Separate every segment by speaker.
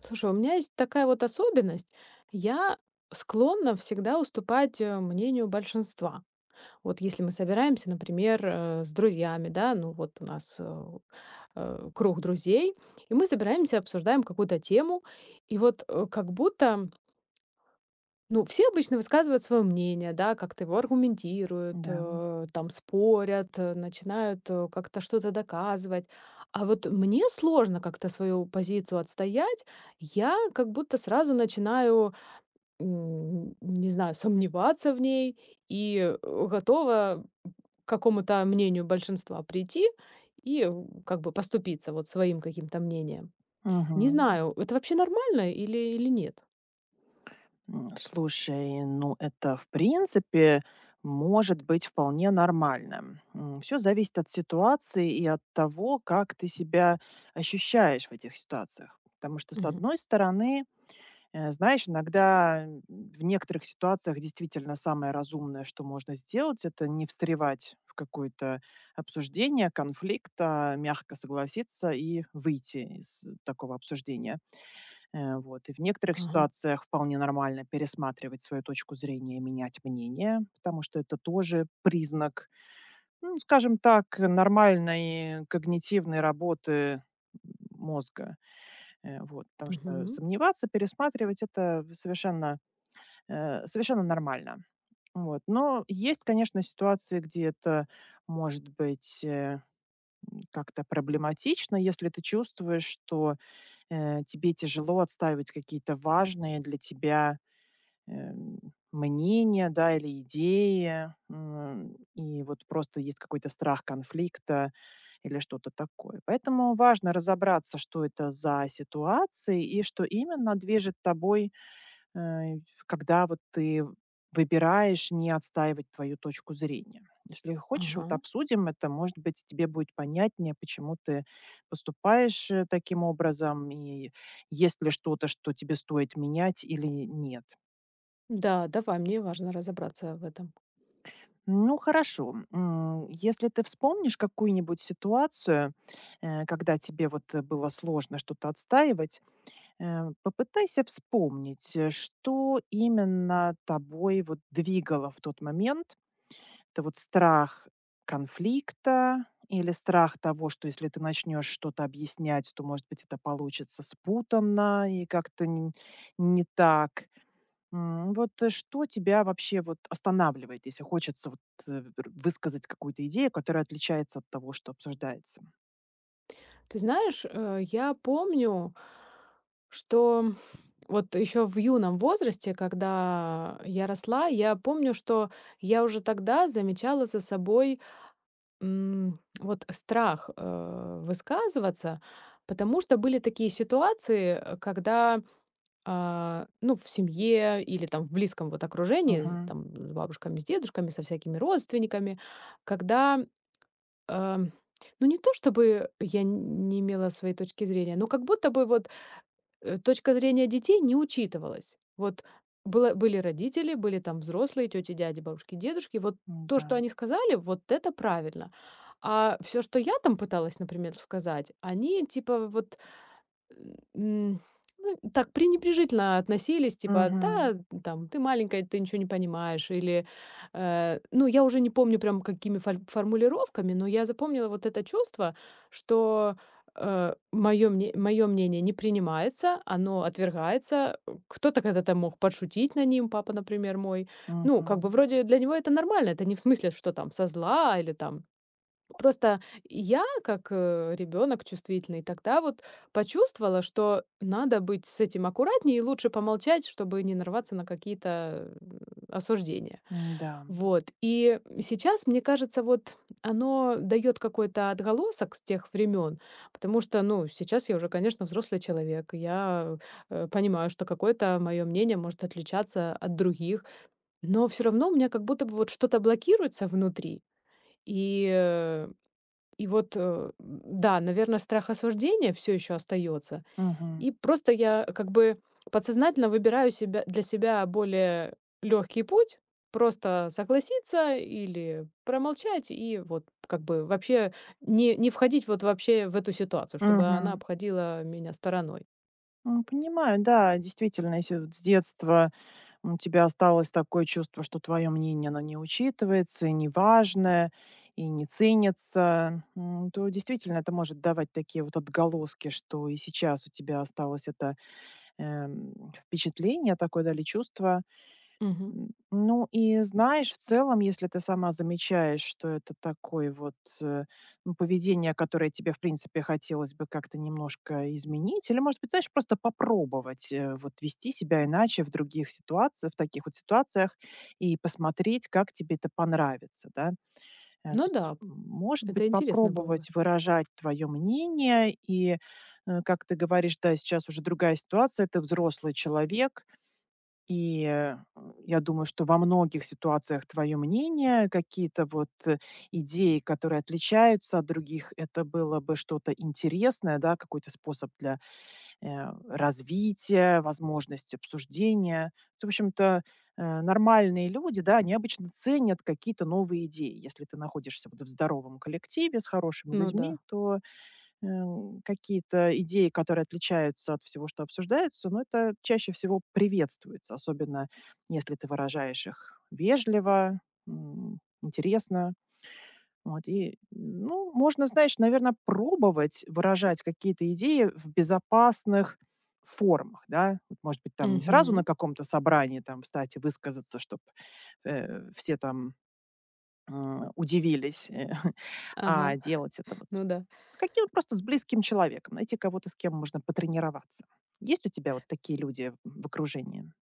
Speaker 1: Слушай, у меня есть такая вот особенность. Я склонна всегда уступать мнению большинства. Вот если мы собираемся, например, с друзьями, да, ну вот у нас круг друзей, и мы собираемся, обсуждаем какую-то тему, и вот как будто ну, все обычно высказывают свое мнение, да, как-то его аргументируют,
Speaker 2: Да.
Speaker 1: там спорят, начинают как-то что-то доказывать. А вот мне сложно как-то свою позицию отстоять. Я как будто сразу начинаю, не знаю, сомневаться в ней и готова к какому-то мнению большинства прийти и как бы поступиться вот своим каким-то мнением. Не
Speaker 2: Мгм.
Speaker 1: знаю, это вообще нормально или нет?
Speaker 2: Слушай, ну это в принципе может быть вполне нормально. Все зависит от ситуации и от того, как ты себя ощущаешь в этих ситуациях. Потому что, с
Speaker 1: Мгм.
Speaker 2: одной стороны, знаешь, иногда в некоторых ситуациях действительно самое разумное, что можно сделать, это не встревать в какое-то обсуждение, конфликт, а мягко согласиться и выйти из такого обсуждения. И в некоторых
Speaker 1: Ага.
Speaker 2: ситуациях вполне нормально пересматривать свою точку зрения, менять мнение, потому что это тоже признак, ну, скажем так, нормальной когнитивной работы мозга. Потому что
Speaker 1: Мгм.
Speaker 2: сомневаться, пересматривать- это совершенно, совершенно нормально. Вот. Но есть, конечно, ситуации, где это может быть, как-то проблематично, если ты чувствуешь, что тебе тяжело отстаивать какие-то важные для тебя, эм, мнения, да, или идеи, и вот просто есть какой-то страх конфликта или что-то такое. Поэтому важно разобраться, что это за ситуации и что именно движет тобой. Э, Когда вот ты выбираешь не отстаивать твою точку зрения. Если хочешь, вот
Speaker 1: Ага.
Speaker 2: обсудим это, может быть, тебе будет понятнее, почему ты поступаешь таким образом, и есть ли что-то, что тебе стоит менять или нет.
Speaker 1: Да, давай, мне важно разобраться в этом.
Speaker 2: Ну хорошо, если ты вспомнишь какую-нибудь ситуацию, когда тебе вот было сложно что-то отстаивать, попытайся вспомнить, что именно тобой вот двигало в тот момент. Это вот страх конфликта или страх того, что если ты начнешь что-то объяснять, то, может быть, это получится спутанно и как-то не так. Вот, что тебя вообще вот останавливает, если хочется вот э, высказать какую-то идею, которая отличается от того, что обсуждается?
Speaker 1: Ты знаешь, я помню, что вот еще в юном возрасте, когда я росла, я помню, что я уже тогда замечала за собой, вот страх, высказываться, потому что были такие ситуации, когда, а, ну, в семье или там в близком вот окружении, с
Speaker 2: Мгм.
Speaker 1: там с бабушками, с дедушками, со всякими родственниками, когда Ам, ну, не то чтобы я н не имела своей точки зрения, но как будто бы вот, точка зрения детей не учитывалась. Вот было были родители, были там взрослые, тети, дяди, бабушки, дедушки. Вот то,
Speaker 2: Да.
Speaker 1: что они сказали, вот это правильно. А все, что я там пыталась, например, сказать, они типа вот М, ну, так пренебрежительно относились, типа:
Speaker 2: Мгм.
Speaker 1: "Да, там, ты маленькая, ты ничего не понимаешь". Или, э, ну, я уже не помню, прям какими фоль формулировками, но я запомнила вот это чувство, что, мое моё мнение не принимается, оно отвергается. Кто-то когда-то мог подшутить на ним, папа, например, мой. Ну, как
Speaker 2: Мгм.
Speaker 1: бы вроде для него это нормально, это не в смысле, что там со зла или там просто я, как, ребенок чувствительный, тогда вот почувствовала, что надо быть с этим аккуратнее и лучше помолчать, чтобы не нарваться на какие-то, осуждения.
Speaker 2: Да.
Speaker 1: Вот. И сейчас, мне кажется, вот оно дает какой-то отголосок с тех времен, потому что, ну, сейчас я уже, конечно, взрослый человек, и я, понимаю, что какое-то мое мнение может отличаться от других, но все равно у меня как будто бы вот что-то блокируется внутри. И, э и вот, да, наверное, страх осуждения все еще остается.
Speaker 2: Мгм.
Speaker 1: И просто я как бы подсознательно выбираю себя для себя более легкий путь, просто согласиться или промолчать и вот как бы вообще не входить вот вообще в эту ситуацию, чтобы она
Speaker 2: Мгм.
Speaker 1: обходила меня стороной.
Speaker 2: Понимаю, да, действительно, если вот с детства у тебя осталось такое чувство, что твое мнение, оно не учитывается, и не важное, и не ценится, то действительно это может давать такие вот отголоски, что и сейчас у тебя осталось это впечатление такое, да, чувство.
Speaker 1: Мгм.
Speaker 2: Ну и знаешь, в целом, если ты сама замечаешь, что это такое вот, э, ну, поведение, которое тебе, в принципе, хотелось бы как-то немножко изменить, или, может быть, знаешь, просто попробовать, вот вести себя иначе в других ситуациях, в таких вот ситуациях и посмотреть, как тебе это понравится, да. То
Speaker 1: Ну
Speaker 2: есть,
Speaker 1: да,
Speaker 2: может быть,
Speaker 1: это интересно было бы.
Speaker 2: попробовать выражать твое мнение и, как ты говоришь, да, сейчас уже другая ситуация, ты взрослый человек, и, я думаю, что во многих ситуациях твое мнение, какие-то вот, идеи, которые отличаются от других, это было бы что-то интересное, да, какой-то способ для, э, развития, возможность обсуждения. В общем-то, нормальные люди, да, они обычно ценят какие-то новые идеи. Если ты находишься вот в здоровом коллективе с хорошими
Speaker 1: Ну да.
Speaker 2: людьми, то какие-то идеи, которые отличаются от всего, что обсуждается, но это чаще всего приветствуется, особенно если ты выражаешь их вежливо, интересно. Вот, и, ну, можно, знаешь, наверное, пробовать выражать какие-то идеи в безопасных формах, да. Вот, может быть, там не сразу на
Speaker 1: Мгм.
Speaker 2: каком-то собрании там встать и высказаться, чтобы все там удивились, а
Speaker 1: Ага.
Speaker 2: делать это вот
Speaker 1: Ну да.
Speaker 2: с каким просто с близким человеком, найти кого-то, с кем можно потренироваться. Есть у тебя вот такие люди в окружении?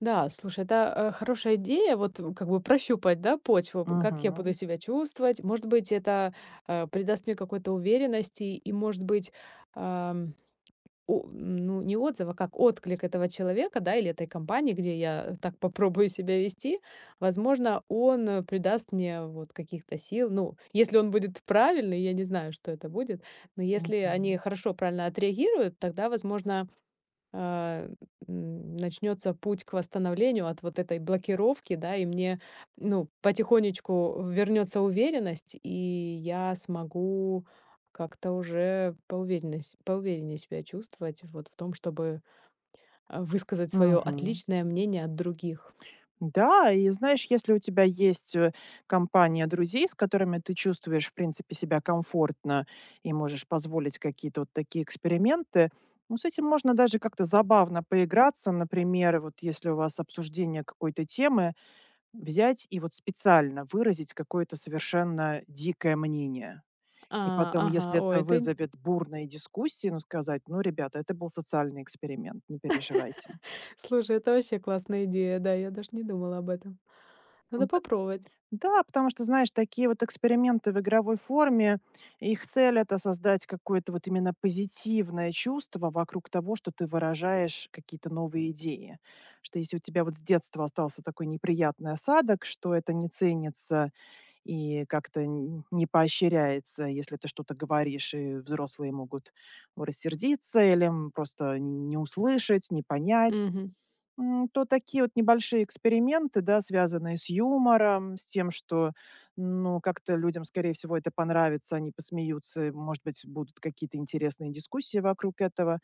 Speaker 1: Да, слушай, это, хорошая идея, вот, как бы прощупать, да, почву, б как я буду
Speaker 2: Мгм.
Speaker 1: себя чувствовать. Может быть, это, придаст мне какой-то уверенности и, может быть, ам, о ну, не отзыв, а как отклик этого человека, да, или этой компании, где я так попробую себя вести. Возможно, он, придаст мне вот каких-то сил. Ну, если он будет правильный, я не знаю, что это будет, но если
Speaker 2: Да.
Speaker 1: они хорошо, правильно отреагируют, тогда, возможно а, начнется путь к восстановлению от вот этой блокировки, да, и мне, ну, потихонечку вернется уверенность, и я смогу как-то уже поувереннее, поувереннее себя чувствовать вот в том, чтобы высказать свое
Speaker 2: Мгм.
Speaker 1: отличное мнение от других.
Speaker 2: Да, и знаешь, если у тебя есть, компания друзей, с которыми ты чувствуешь, в принципе, себя комфортно и можешь позволить какие-то вот такие эксперименты, ну, с этим можно даже как-то забавно поиграться. Например, вот если у вас обсуждение какой-то темы, взять и вот специально выразить какое-то совершенно дикое мнение. И
Speaker 1: А,
Speaker 2: потом,
Speaker 1: ага,
Speaker 2: если
Speaker 1: ой,
Speaker 2: это
Speaker 1: это, ин-
Speaker 2: вызовет бурные дискуссии, ну, сказать: "Ну, ребята, это был социальный эксперимент, не переживайте".
Speaker 1: слушай, это вообще классная идея, да, я даже не думала об этом.
Speaker 2: М,
Speaker 1: Надо
Speaker 2: Д
Speaker 1: попробовать.
Speaker 2: Да, потому что, знаешь, такие вот эксперименты в игровой форме, их цель- это создать какое-то вот именно позитивное чувство вокруг того, что ты выражаешь какие-то новые идеи. Что если у тебя вот с детства остался такой неприятный осадок, что это не ценится и как-то н не поощряется, если ты что-то говоришь, и взрослые могут рассердиться или, просто не услышать, не понять.
Speaker 1: Мгм.
Speaker 2: То такие вот небольшие эксперименты, да, связанные с юмором, с тем, что, ну, как-то людям, скорее всего, это понравится, они посмеются, и, может быть, будут какие-то интересные дискуссии вокруг этого.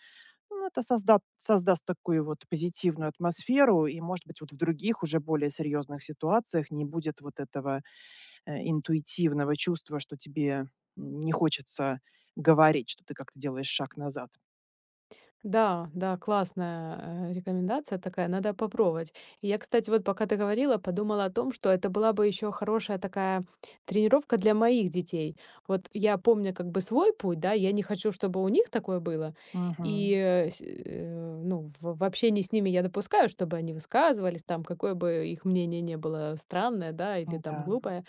Speaker 2: Ну, это создаст такую вот позитивную атмосферу, и, может быть, вот в других, уже более серьезных ситуациях не будет вот этого интуитивного чувства, что тебе не хочется говорить, что ты как-то делаешь шаг назад.
Speaker 1: Да, да, классная, рекомендация такая, надо попробовать. И я, кстати, вот пока ты говорила, подумала о том, что это была бы еще хорошая такая тренировка для моих детей. Вот я помню как бы свой путь, да, я не хочу, чтобы у них такое было.
Speaker 2: Мгм.
Speaker 1: Ну, в общении с ними я допускаю, чтобы они высказывались, там, какое бы их мнение не было странное, да, или там
Speaker 2: Да.
Speaker 1: глупое.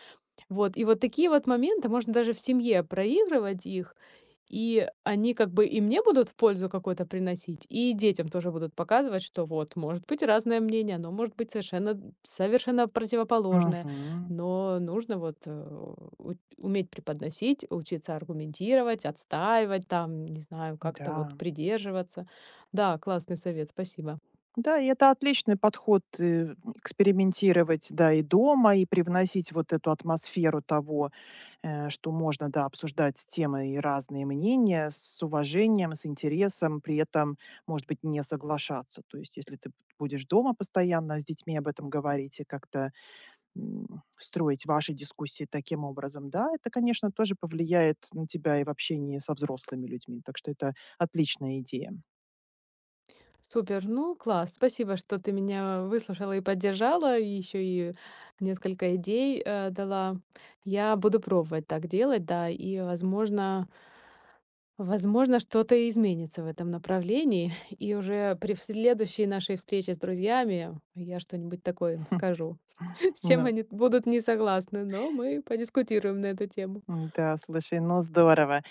Speaker 1: Вот, и вот такие вот моменты можно даже в семье проигрывать их, и они как бы и мне будут в пользу какой-то приносить, и детям тоже будут показывать, что вот может быть разное мнение, оно может быть совершенно противоположное,
Speaker 2: Мгм.
Speaker 1: но нужно вот, э, у уметь преподносить, учиться аргументировать, отстаивать там, не знаю, как-то вот
Speaker 2: Да.
Speaker 1: придерживаться. Да, классный совет, спасибо.
Speaker 2: Да, и это отличный подход, экспериментировать, да, и дома, и привносить вот эту атмосферу того, что можно, да, обсуждать темы и разные мнения с уважением, с интересом, при этом, может быть, не соглашаться. То есть, если ты будешь дома постоянно с детьми об этом говорить и как-то строить ваши дискуссии таким образом, да, это, конечно, тоже повлияет на тебя и в общении со взрослыми людьми. Так что это отличная идея.
Speaker 1: Супер, ну класс, спасибо, что ты меня выслушала и поддержала, и еще и несколько идей дала. Я буду пробовать так делать, да, и возможно, что-то и изменится в этом направлении, и уже при в следующей нашей встрече с друзьями я что-нибудь такое им скажу, с чем
Speaker 2: Ну,
Speaker 1: они будут не согласны, но мы подискутируем на эту тему.
Speaker 2: да, слушай, ну здорово.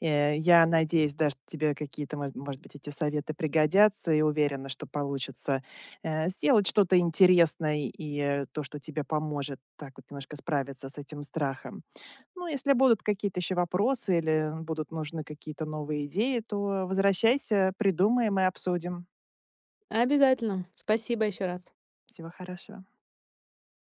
Speaker 2: Я надеюсь, да, что тебе какие-то, может быть, эти советы пригодятся и уверена, что получится сделать что-то интересное и то, что тебе поможет так вот немножко справиться с этим страхом. Ну, если будут какие-то еще вопросы или будут нужны какие-то новые идеи, то возвращайся, придумаем и обсудим.
Speaker 1: Обязательно. Спасибо еще раз.
Speaker 2: Всего хорошего.